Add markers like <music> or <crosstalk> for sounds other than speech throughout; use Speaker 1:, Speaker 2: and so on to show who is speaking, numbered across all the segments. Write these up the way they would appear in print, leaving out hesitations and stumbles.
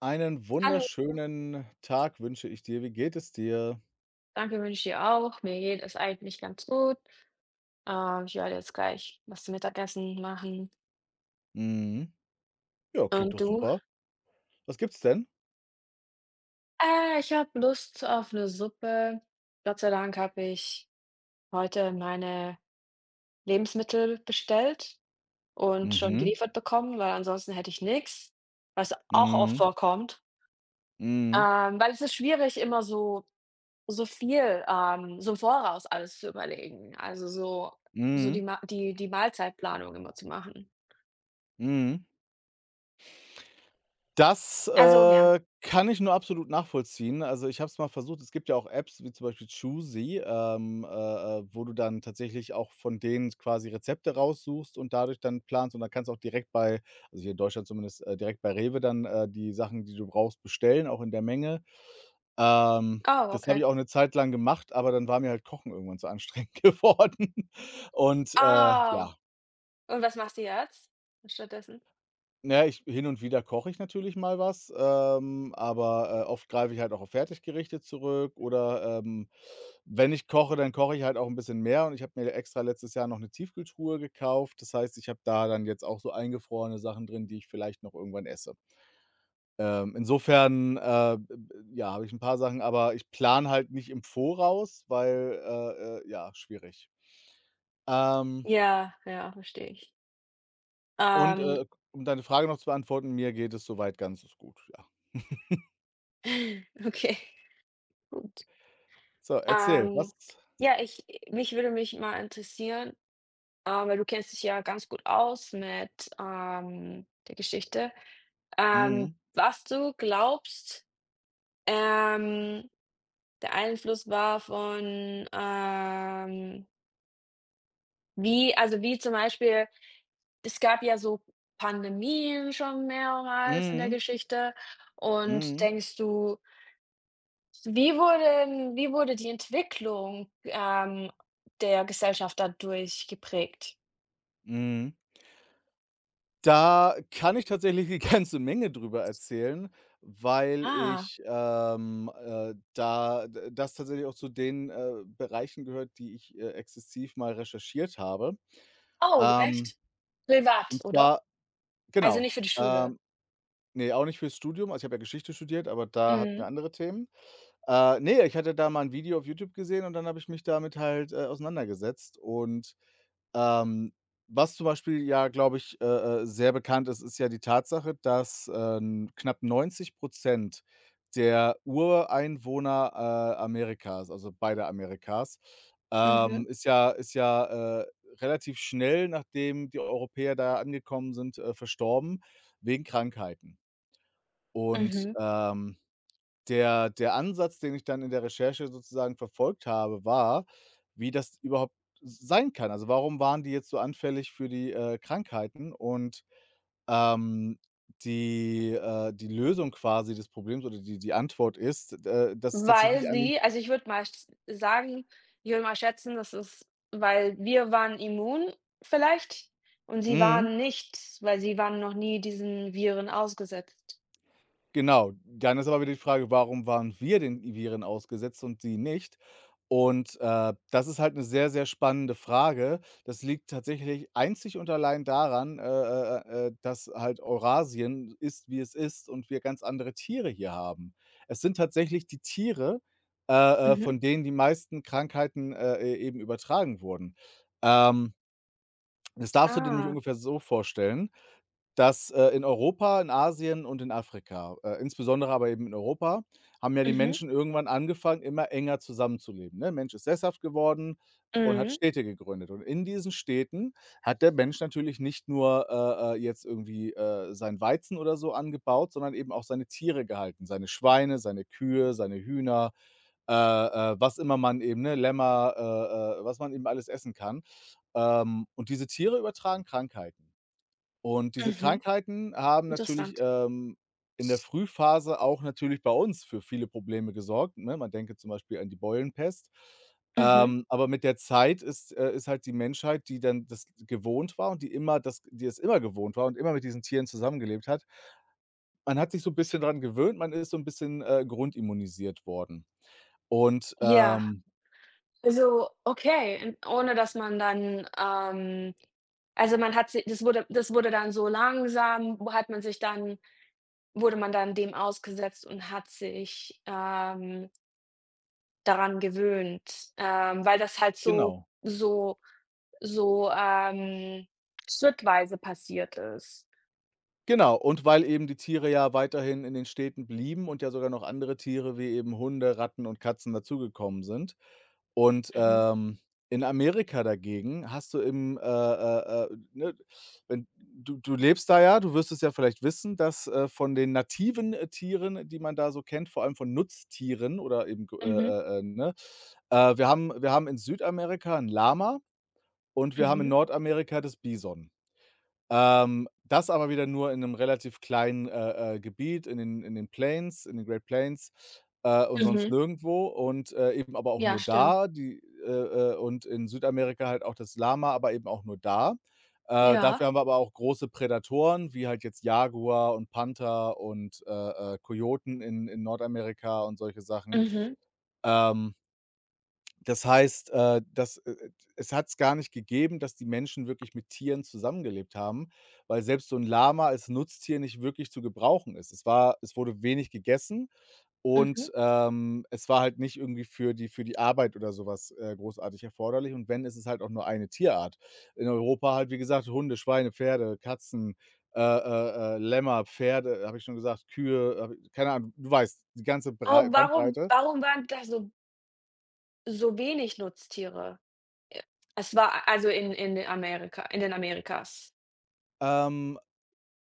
Speaker 1: Einen
Speaker 2: Hallo,
Speaker 1: wunderschönen Tag wünsche ich dir. Wie geht es dir?
Speaker 2: danke wünsche ich dir auch. Mir geht es eigentlich ganz gut. Ich werde jetzt gleich was zum Mittagessen machen.
Speaker 1: Mhm. Ja, klingt
Speaker 2: Und
Speaker 1: doch
Speaker 2: du?
Speaker 1: super. Was gibt's denn?
Speaker 2: Ich habe Lust auf eine Suppe. Gott sei Dank habe ich heute meine Lebensmittel bestellt und schon
Speaker 1: Mhm.
Speaker 2: geliefert bekommen, weil ansonsten hätte ich nichts. Was auch oft
Speaker 1: Mhm.
Speaker 2: vorkommt.
Speaker 1: Mhm.
Speaker 2: Weil es ist schwierig, immer so so viel so im Voraus alles zu überlegen. Also, so so die
Speaker 1: Mhm.
Speaker 2: Ma die die Mahlzeitplanung immer zu machen.
Speaker 1: Mhm. Das,
Speaker 2: Also, ja.
Speaker 1: äh, kann ich nur absolut nachvollziehen. Also, ich habe es mal versucht. Es gibt ja auch Apps wie zum Beispiel Choosy, wo du dann tatsächlich auch von denen quasi Rezepte raussuchst und dadurch dann planst. Und dann kannst du auch direkt bei also, hier in Deutschland zumindest, direkt bei Rewe dann, die Sachen, die du brauchst, bestellen, auch in der Menge. Ähm,
Speaker 2: Oh,
Speaker 1: Das habe
Speaker 2: okay.
Speaker 1: ich auch 'ne Zeit lang gemacht, aber dann war mir halt Kochen irgendwann zu anstrengend <laughs> geworden. Und,
Speaker 2: Ah,
Speaker 1: ja,
Speaker 2: und was machst du jetzt stattdessen?
Speaker 1: ne, ich hin und wieder koche ich natürlich mal was, aber, oft greife ich halt auch auf Fertiggerichte zurück oder, wenn ich koche, dann koche ich halt auch 'n bisschen mehr und ich habe mir extra letztes Jahr noch 'ne Tiefkühltruhe gekauft. Das heißt, ich habe da dann jetzt auch so eingefrorene Sachen drin, die ich vielleicht noch irgendwann esse. Ähm, insofern, äh, ja, habe ich ein paar Sachen, aber ich plane halt nicht im Voraus, weil, ja, schwierig. Ähm,
Speaker 2: Ja, ja, verstehe ich.
Speaker 1: und,
Speaker 2: Ähm,
Speaker 1: um deine Frage noch zu beantworten, mir geht es soweit ganz gut, ja.
Speaker 2: <laughs> okay, gut.
Speaker 1: So, erzähl,
Speaker 2: Ähm,
Speaker 1: was
Speaker 2: ja, ich mich würde mich mal interessieren, weil du kennst dich ja ganz gut aus mit, der Geschichte,
Speaker 1: mhm,
Speaker 2: was du glaubst, ähm, der Einfluss war von, wie zum Beispiel es gab ja so Pandemien schon mehrmals in der
Speaker 1: mhm,
Speaker 2: Geschichte. Und
Speaker 1: mhm,
Speaker 2: denkst du, wie wurde wie wurde die Entwicklung, der Gesellschaft dadurch geprägt?
Speaker 1: mhm. Da kann ich tatsächlich 'ne <laughs> ganze Menge drüber erzählen, weil
Speaker 2: Ah,
Speaker 1: ich, da d das tatsächlich auch zu den, Bereichen gehört, die ich, exzessiv mal recherchiert habe.
Speaker 2: oh,
Speaker 1: Ähm,
Speaker 2: echt? Privat,
Speaker 1: und
Speaker 2: oder?
Speaker 1: zwar
Speaker 2: Also,
Speaker 1: genau,
Speaker 2: nicht für die Schule?
Speaker 1: ähm, ne, auch nicht fürs Studium. Also, ich habe ja Geschichte studiert, aber da hatten wir
Speaker 2: Mhm,
Speaker 1: andere Themen. Ne, ich hatte da mal ein Video auf YouTube gesehen und dann habe ich mich damit halt, auseinandergesetzt und ähm, was zum Beispiel ja, glaube ich, sehr bekannt ist, ist ja die Tatsache, dass, knapp 90% der Ureinwohner, Amerikas, also beider Amerikas,
Speaker 2: mhm,
Speaker 1: ist ja relativ schnell, nachdem die Europäer da angekommen sind, verstorben wegen Krankheiten. Und,
Speaker 2: mhm.
Speaker 1: der Ansatz, den ich dann in der Recherche sozusagen verfolgt habe, war, wie das überhaupt sein kann. Also, warum waren die jetzt so anfällig für die Krankheiten? Und, ähm, die Lösung quasi des Problems oder die Antwort ist, dass es
Speaker 2: Weil
Speaker 1: tatsächlich an den
Speaker 2: sie, also, ich würde mal schätzen, das ist, weil wir waren immun vielleicht und sie
Speaker 1: mhm,
Speaker 2: waren nicht, weil sie waren noch nie diesen Viren ausgesetzt.
Speaker 1: genau. Dann ist aber wieder die Frage, warum waren wir den Viren ausgesetzt und sie nicht? Und, das ist halt eine sehr, sehr spannende Frage. Das liegt tatsächlich einzig und allein daran, dass halt Eurasien ist, wie es ist und wir ganz andere Tiere hier haben. Es sind tatsächlich die Tiere,
Speaker 2: Mhm.
Speaker 1: von denen die meisten Krankheiten, e eben übertragen wurden. Ähm, Das darfst du dir nämlich
Speaker 2: Ah,
Speaker 1: ungefähr so vorstellen dass, in Europa, in Asien und in Afrika insbesondere aber eben in Europa, haben ja die
Speaker 2: mhm,
Speaker 1: Menschen irgendwann angefangen, immer enger zusammenzuleben, ne? Mensch ist sesshaft geworden und hat
Speaker 2: mhm,
Speaker 1: Städte gegründet. Und in diesen Städten hat der Mensch natürlich nicht nur, seinen Weizen oder so angebaut, sondern eben auch seine Tiere gehalten, seine Schweine, seine Kühe, seine Hühner, was immer man eben ne, Lämmer, was man eben alles essen kann. Und diese Tiere übertragen Krankheiten. Und diese
Speaker 2: mhm,
Speaker 1: Krankheiten haben natürlich,
Speaker 2: interessant.
Speaker 1: in der Frühphase auch natürlich bei uns für viele Probleme gesorgt, ne? Man denke zum Beispiel an die Beulenpest.
Speaker 2: Mhm,
Speaker 1: Aber mit der Zeit ist halt die Menschheit, die dann das gewohnt war und die es immer gewohnt war und immer mit diesen Tieren zusammengelebt hat. Man hat sich so ein bisschen dran gewöhnt, man ist so ein bisschen, grundimmunisiert worden. Und,
Speaker 2: ja. Also, okay, und ohne dass man dann, also, man hat sich, das wurde dann so langsam, wo hat man sich dann wurde man dann dem ausgesetzt und hat sich, daran gewöhnt, weil das halt so
Speaker 1: genau.
Speaker 2: so so, schrittweise passiert ist.
Speaker 1: Genau, und weil eben die Tiere ja weiterhin in den Städten blieben und ja sogar noch andere Tiere wie eben Hunde, Ratten und Katzen dazugekommen sind. Und,
Speaker 2: Mhm.
Speaker 1: in Amerika dagegen hast du im, ne, wenn du du lebst da ja, du wirst es ja vielleicht wissen, dass, von den nativen, Tieren, die man da so kennt, vor allem von Nutztieren oder eben
Speaker 2: Mhm.
Speaker 1: ne, wir haben in Südamerika 'n Lama und wir haben in
Speaker 2: Mhm.
Speaker 1: Nordamerika das Bison. Das aber wieder nur in einem relativ kleinen, Gebiet in den Plains in den Great Plains, und sonst
Speaker 2: Mhm.
Speaker 1: nirgendwo und, eben aber auch
Speaker 2: Ja,
Speaker 1: nur
Speaker 2: stimmt.
Speaker 1: da, die und in Südamerika halt auch das Lama, aber eben auch nur da.
Speaker 2: Ja.
Speaker 1: Dafür haben wir aber auch große Prädatoren, wie halt jetzt Jaguar und Panther und, Kojoten in Nordamerika und solche Sachen.
Speaker 2: Mhm.
Speaker 1: Ähm Das heißt, das es gar nicht gegeben, dass die Menschen wirklich mit Tieren zusammengelebt haben, weil selbst so 'n Lama als Nutztier nicht wirklich zu gebrauchen ist. Es wurde wenig gegessen
Speaker 2: Mhm.
Speaker 1: und, es war halt nicht irgendwie für die Arbeit oder so was, großartig erforderlich und wenn, ist es halt auch nur eine Tierart. In Europa halt, wie gesagt, Hunde, Schweine, Pferde, Katzen, Lämmer, Pferde, habe ich schon gesagt, Kühe, habe i keine Ahnung, du weißt, die ganze Brei
Speaker 2: Oh, warum
Speaker 1: Bandbreite.
Speaker 2: warum waren da so so wenig Nutztiere? Äh, es war, also, in Amerika, in den Amerikas.
Speaker 1: Ähm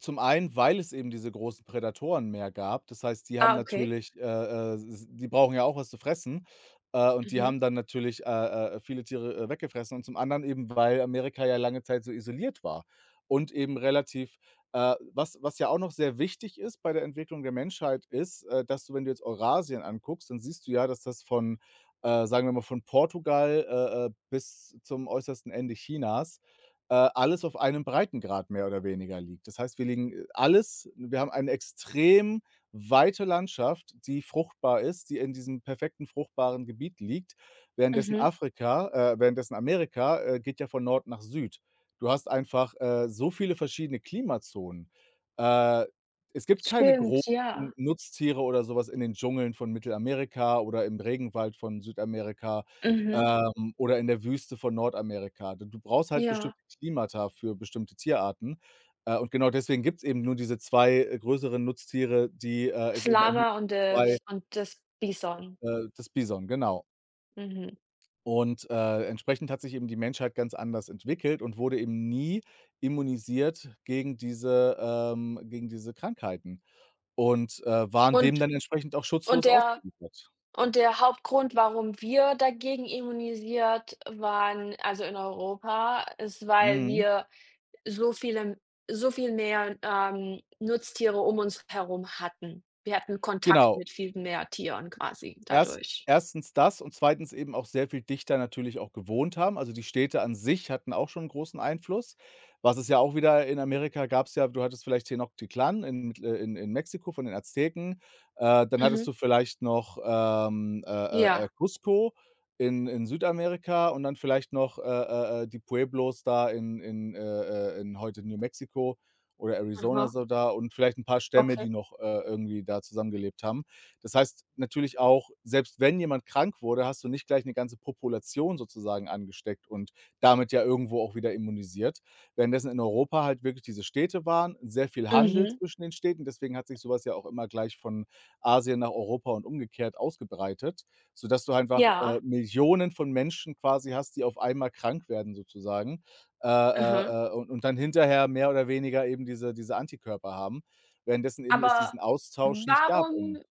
Speaker 1: Zum einen, weil es eben diese großen Prädatoren mehr gab. Das heißt, die haben
Speaker 2: Ah, okay.
Speaker 1: natürlich, s die brauchen ja auch was zu fressen, und die
Speaker 2: Mhm.
Speaker 1: haben dann natürlich, viele Tiere, weggefressen. Und zum anderen eben, weil Amerika ja lange Zeit so isoliert war und eben relativ was ja auch noch sehr wichtig ist bei der Entwicklung der Menschheit ist, dass du, wenn du jetzt Eurasien anguckst, dann siehst du ja, dass das von, sagen wir mal, von Portugal, bis zum äußersten Ende Chinas alles auf einem Breitengrad mehr oder weniger liegt. Das heißt, wir liegen alles wir haben eine extrem weite Landschaft, die fruchtbar ist, die in diesem perfekten fruchtbaren Gebiet liegt,
Speaker 2: Mhm.
Speaker 1: Währenddessen Amerika, geht ja von Nord nach Süd. Du hast einfach, so viele verschiedene Klimazonen. Äh, Es gibt keine großen
Speaker 2: Stimmt, ja.
Speaker 1: Nutztiere oder sowas in den Dschungeln von Mittelamerika oder im Regenwald von Südamerika
Speaker 2: Mhm.
Speaker 1: oder in der Wüste von Nordamerika. Du brauchst halt bestimmte
Speaker 2: Ja.
Speaker 1: Klimata für bestimmte Tierarten. Und genau deswegen gibt's eben nur diese 2 größeren Nutztiere, die, es
Speaker 2: Das
Speaker 1: eben auch nur
Speaker 2: Lama und
Speaker 1: 2,
Speaker 2: das Bison.
Speaker 1: das Bison, genau.
Speaker 2: Mhm.
Speaker 1: Und, entsprechend hat sich eben die Menschheit ganz anders entwickelt und wurde eben nie immunisiert gegen diese Krankheiten und, waren dem
Speaker 2: Und
Speaker 1: dann entsprechend auch
Speaker 2: und
Speaker 1: schutzlos
Speaker 2: der
Speaker 1: ausgeliefert.
Speaker 2: Und der Hauptgrund, warum wir dagegen immunisiert waren, also in Europa, ist, weil
Speaker 1: Mhm,
Speaker 2: wir so viele, so viel mehr, Nutztiere um uns herum hatten. Wir hatten Kontakt
Speaker 1: genau.
Speaker 2: mit viel mehr Tieren quasi
Speaker 1: Erst
Speaker 2: dadurch.
Speaker 1: erstens das und zweitens eben auch sehr viel dichter natürlich auch gewohnt haben. Also, die Städte an sich hatten auch schon 'n großen Einfluss. Was es ja auch wieder in Amerika gab es ja du hattest vielleicht Tenochtitlan in mit in Mexiko von den Azteken. Dann hattest
Speaker 2: Mhm.
Speaker 1: du vielleicht noch,
Speaker 2: Ja.
Speaker 1: Cusco in Südamerika und dann vielleicht noch, die Pueblos da in heute New Mexico oder Arizona
Speaker 2: Aha.
Speaker 1: so da und vielleicht ein paar Stämme,
Speaker 2: Okay.
Speaker 1: die noch, irgendwie da zusammengelebt haben. Das heißt natürlich auch, selbst wenn jemand krank wurde, hast du nicht gleich eine ganze Population sozusagen angesteckt und damit ja irgendwo auch wieder immunisiert. Währenddessen in Europa halt wirklich diese Städte waren, sehr viel Handel
Speaker 2: Mhm.
Speaker 1: zwischen den Städten, deswegen hat sich sowas ja auch immer gleich von Asien nach Europa und umgekehrt ausgebreitet, sodass du einfach,
Speaker 2: Ja.
Speaker 1: Millionen von Menschen quasi hast, die auf einmal krank werden sozusagen,
Speaker 2: Mhm.
Speaker 1: und dann hinterher mehr oder weniger eben diese Antikörper haben, währenddessen eben es
Speaker 2: Aber
Speaker 1: diesen Austausch nicht gab in
Speaker 2: warum,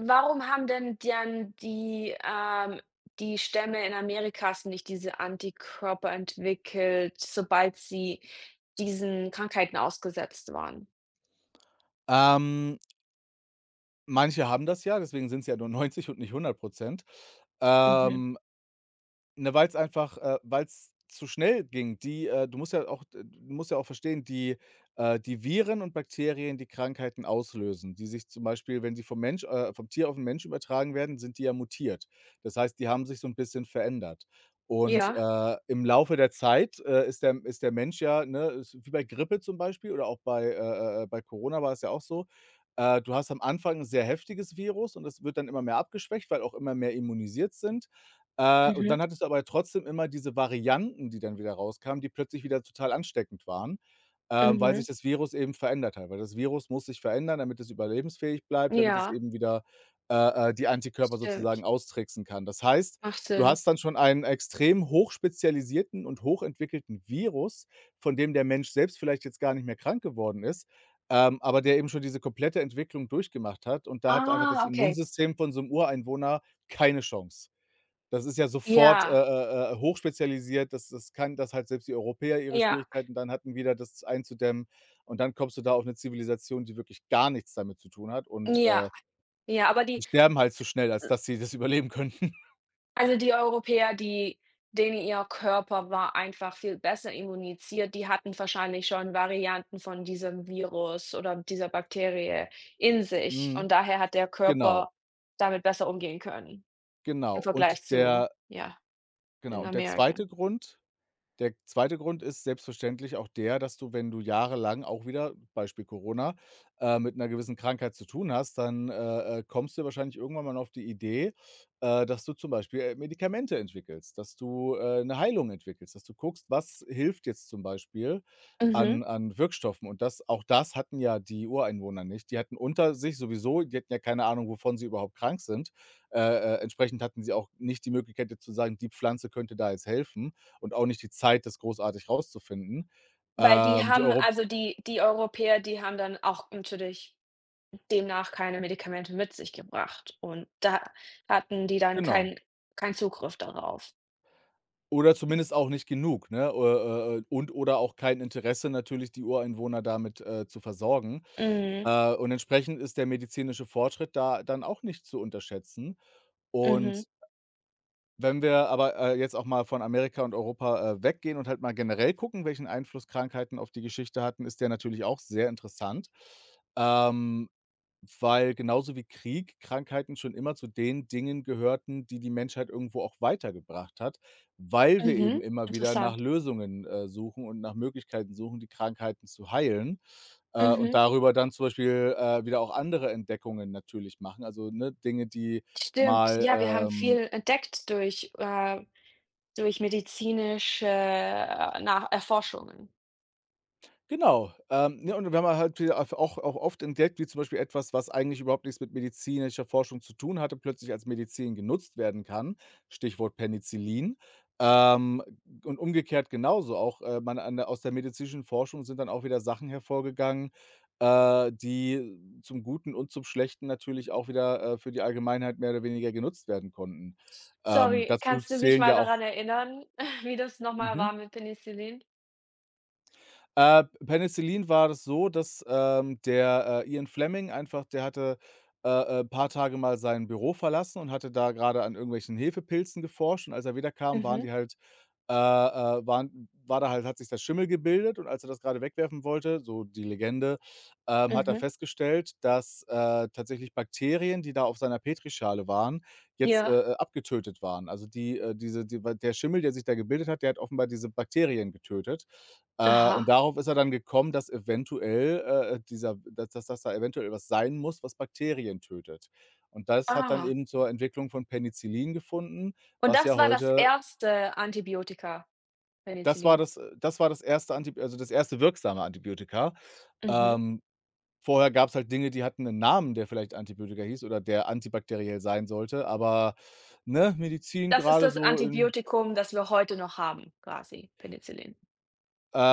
Speaker 2: warum haben denn dann die, die Stämme in Amerikas nicht diese Antikörper entwickelt, sobald sie diesen Krankheiten ausgesetzt waren?
Speaker 1: Ähm, manche haben das ja, deswegen sind es ja nur neunzig und nicht 100
Speaker 2: Mhm.
Speaker 1: Ähm, Ne, weil es einfach weil es zu schnell ging. Die du musst ja auch du musst ja auch verstehen, die die Viren und Bakterien, die Krankheiten auslösen, die sich zum Beispiel, wenn sie vom Tier auf den Mensch übertragen werden, sind die ja mutiert. Das heißt, die haben sich so ein bisschen verändert. Und,
Speaker 2: Ja.
Speaker 1: im Laufe der Zeit, ist der Mensch ja, ne ist wie bei Grippe zum Beispiel oder auch bei bei Corona war es ja auch so. Du hast am Anfang ein sehr heftiges Virus und das wird dann immer mehr abgeschwächt, weil auch immer mehr immunisiert sind. Und
Speaker 2: Mhm.
Speaker 1: dann hattest du aber trotzdem immer diese Varianten, die dann wieder rauskamen, die plötzlich wieder total ansteckend waren, weil sich
Speaker 2: Mhm.
Speaker 1: das Virus eben verändert hat. Weil das Virus muss sich verändern, damit es überlebensfähig bleibt, damit es
Speaker 2: Ja,
Speaker 1: eben wieder, die Antikörper sozusagen
Speaker 2: stimmt.
Speaker 1: austricksen kann. Das heißt,
Speaker 2: Macht
Speaker 1: du
Speaker 2: Sinn.
Speaker 1: hast dann schon einen extrem hochspezialisierten und hochentwickelten Virus, von dem der Mensch selbst vielleicht jetzt gar nicht mehr krank geworden ist, aber der eben schon diese komplette Entwicklung durchgemacht hat. Und da hat einfach das
Speaker 2: Ah, okay.
Speaker 1: Immunsystem von so einem Ureinwohner keine Chance. Das ist ja sofort
Speaker 2: Ja,
Speaker 1: hochspezialisiert. Das das kann dass halt selbst die Europäer ihre
Speaker 2: ja,
Speaker 1: Schwierigkeiten dann hatten, wieder das einzudämmen. Und dann kommst du da auf eine Zivilisation, die wirklich gar nichts damit zu tun hat und,
Speaker 2: ja,
Speaker 1: äh,
Speaker 2: ja, aber
Speaker 1: die
Speaker 2: die,
Speaker 1: sterben halt zu schnell, als dass sie das <laughs> überleben könnten.
Speaker 2: also, die Europäer, die, denen ihr Körper war einfach viel besser immunisiert, die hatten wahrscheinlich schon Varianten von diesem Virus oder dieser Bakterie in sich
Speaker 1: Mhm.
Speaker 2: und daher hat der
Speaker 1: Genau,
Speaker 2: Körper damit besser umgehen können
Speaker 1: genau.
Speaker 2: im
Speaker 1: Und
Speaker 2: Vergleich zu,
Speaker 1: der
Speaker 2: ja,
Speaker 1: genau,
Speaker 2: in
Speaker 1: und der
Speaker 2: Amerika.
Speaker 1: zweite Grund der zweite Grund ist selbstverständlich auch der, dass du, wenn du jahrelang auch wieder, Beispiel Corona, mit einer gewissen Krankheit zu tun hast, dann, kommst du ja wahrscheinlich irgendwann mal auf die Idee, dass du zum Beispiel, Medikamente entwickelst, dass du, 'ne Heilung entwickelst, dass du guckst, was hilft jetzt zum Beispiel an
Speaker 2: Mhm.
Speaker 1: an Wirkstoffen, und das auch das hatten ja die Ureinwohner nicht. Die hatten unter sich sowieso, die hatten ja keine Ahnung, wovon sie überhaupt krank sind. Äh, Entsprechend hatten sie auch nicht die Möglichkeit, jetzt zu sagen: „Die Pflanze könnte da jetzt helfen.“ und auch nicht die Zeit, das großartig rauszufinden.
Speaker 2: Weil die
Speaker 1: Die
Speaker 2: haben,
Speaker 1: Europ
Speaker 2: also, die Europäer, die haben dann auch natürlich demnach keine Medikamente mit sich gebracht und da hatten die dann
Speaker 1: Genau.
Speaker 2: keinen Zugriff darauf.
Speaker 1: Oder zumindest auch nicht genug, ne? O Und oder auch kein Interesse natürlich, die Ureinwohner damit, zu versorgen.
Speaker 2: Mhm,
Speaker 1: Und entsprechend ist der medizinische Fortschritt da dann auch nicht zu unterschätzen.
Speaker 2: mhm.
Speaker 1: Und wenn wir aber, jetzt auch mal von Amerika und Europa, weggehen und halt mal generell gucken, welchen Einfluss Krankheiten auf die Geschichte hatten, ist der natürlich auch sehr interessant. Ähm weil genauso wie Krieg Krankheiten schon immer zu den Dingen gehörten, die die Menschheit irgendwo auch weitergebracht hat, weil wir eben
Speaker 2: Mhm,
Speaker 1: immer wieder nach
Speaker 2: interessant.
Speaker 1: Lösungen, suchen und nach Möglichkeiten suchen, die Krankheiten zu heilen, und
Speaker 2: Mhm,
Speaker 1: darüber dann zum Beispiel, wieder auch andere Entdeckungen natürlich machen. Also, ne, Dinge,
Speaker 2: stimmt.
Speaker 1: mal,
Speaker 2: Ja, wir haben
Speaker 1: ähm
Speaker 2: viel entdeckt durch, durch medizinische nach Erforschungen.
Speaker 1: Genau. Ne, und wir haben halt wieder auf auch auch oft entdeckt, wie zum Beispiel etwas, was eigentlich überhaupt nichts mit medizinischer Forschung zu tun hatte, plötzlich als Medizin genutzt werden kann, Stichwort Penicillin. Ähm, und umgekehrt genauso auch, man an der aus der medizinischen Forschung sind dann auch wieder Sachen hervorgegangen, die zum Guten und zum Schlechten natürlich auch wieder, für die Allgemeinheit mehr oder weniger genutzt werden konnten.
Speaker 2: Sorry,
Speaker 1: Dazu
Speaker 2: kannst du mich
Speaker 1: zählen
Speaker 2: mal
Speaker 1: ja auch,
Speaker 2: daran erinnern, <laughs> wie das nochmal
Speaker 1: mhm.
Speaker 2: war mit Penicillin?
Speaker 1: Penicillin war das so, dass, Ian Fleming einfach, der hatte, äh, paar Tage mal sein Büro verlassen und hatte da gerade an irgendwelchen Hefepilzen geforscht, und als er wiederkam, waren
Speaker 2: Mhm,
Speaker 1: die halt waren war da halt hat sich da Schimmel gebildet, und als er das gerade wegwerfen wollte, so die Legende, hat er
Speaker 2: mhm.
Speaker 1: festgestellt, dass, tatsächlich Bakterien, die da auf seiner Petrischale waren, jetzt,
Speaker 2: Ja.
Speaker 1: äh, äh, abgetötet waren. Also die diese die der Schimmel, der sich da gebildet hat, der hat offenbar diese Bakterien getötet.
Speaker 2: Aha,
Speaker 1: Und darauf ist er dann gekommen, dass eventuell, dieser dass dass dass da eventuell was sein muss, was Bakterien tötet. Und das hat dann
Speaker 2: ah.
Speaker 1: eben zur Entwicklung von Penicillin gefunden,
Speaker 2: Und
Speaker 1: was
Speaker 2: das
Speaker 1: ja
Speaker 2: war das
Speaker 1: heute
Speaker 2: erste Antibiotika, Penicillin?
Speaker 1: das war das erste, Antib also, das erste wirksame Antibiotika.
Speaker 2: Mhm.
Speaker 1: Ähm, Vorher gab's halt Dinge, die hatten einen Namen, der vielleicht Antibiotika hieß oder der antibakteriell sein sollte, aber, ne, Medizin
Speaker 2: Das ist
Speaker 1: gerade
Speaker 2: das
Speaker 1: so in
Speaker 2: Antibiotikum, das wir heute noch haben, quasi, Penicillin.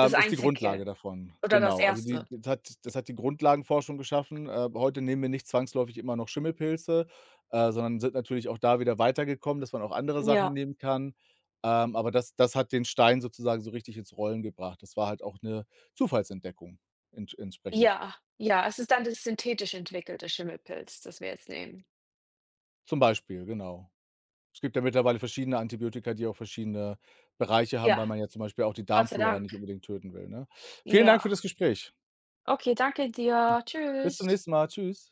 Speaker 2: Das
Speaker 1: Ist die
Speaker 2: Einzige
Speaker 1: Grundlage davon,
Speaker 2: oder das
Speaker 1: genau. Also, die
Speaker 2: erste.
Speaker 1: das hat die Grundlagenforschung geschaffen. Heute nehmen wir nicht zwangsläufig immer noch Schimmelpilze, sondern sind natürlich auch da wieder weitergekommen, dass man auch andere Sachen
Speaker 2: Ja.
Speaker 1: nehmen kann. Aber das hat den Stein sozusagen so richtig ins Rollen gebracht. Das war halt auch eine Zufallsentdeckung entsprechend.
Speaker 2: Ja, ja, es ist dann das synthetisch entwickelte Schimmelpilz, das wir jetzt nehmen.
Speaker 1: Zum Beispiel, genau. Es gibt ja mittlerweile verschiedene Antibiotika, die auch verschiedene Bereiche haben, weil
Speaker 2: Ja,
Speaker 1: man ja zum Beispiel auch die
Speaker 2: Gott sei
Speaker 1: Darmflora
Speaker 2: Dank.
Speaker 1: nicht unbedingt töten will, ne? Vielen Dank
Speaker 2: Ja.
Speaker 1: für das Gespräch.
Speaker 2: Okay, danke dir.
Speaker 1: Bis zum
Speaker 2: Tschüss.
Speaker 1: nächsten Mal. Tschüss.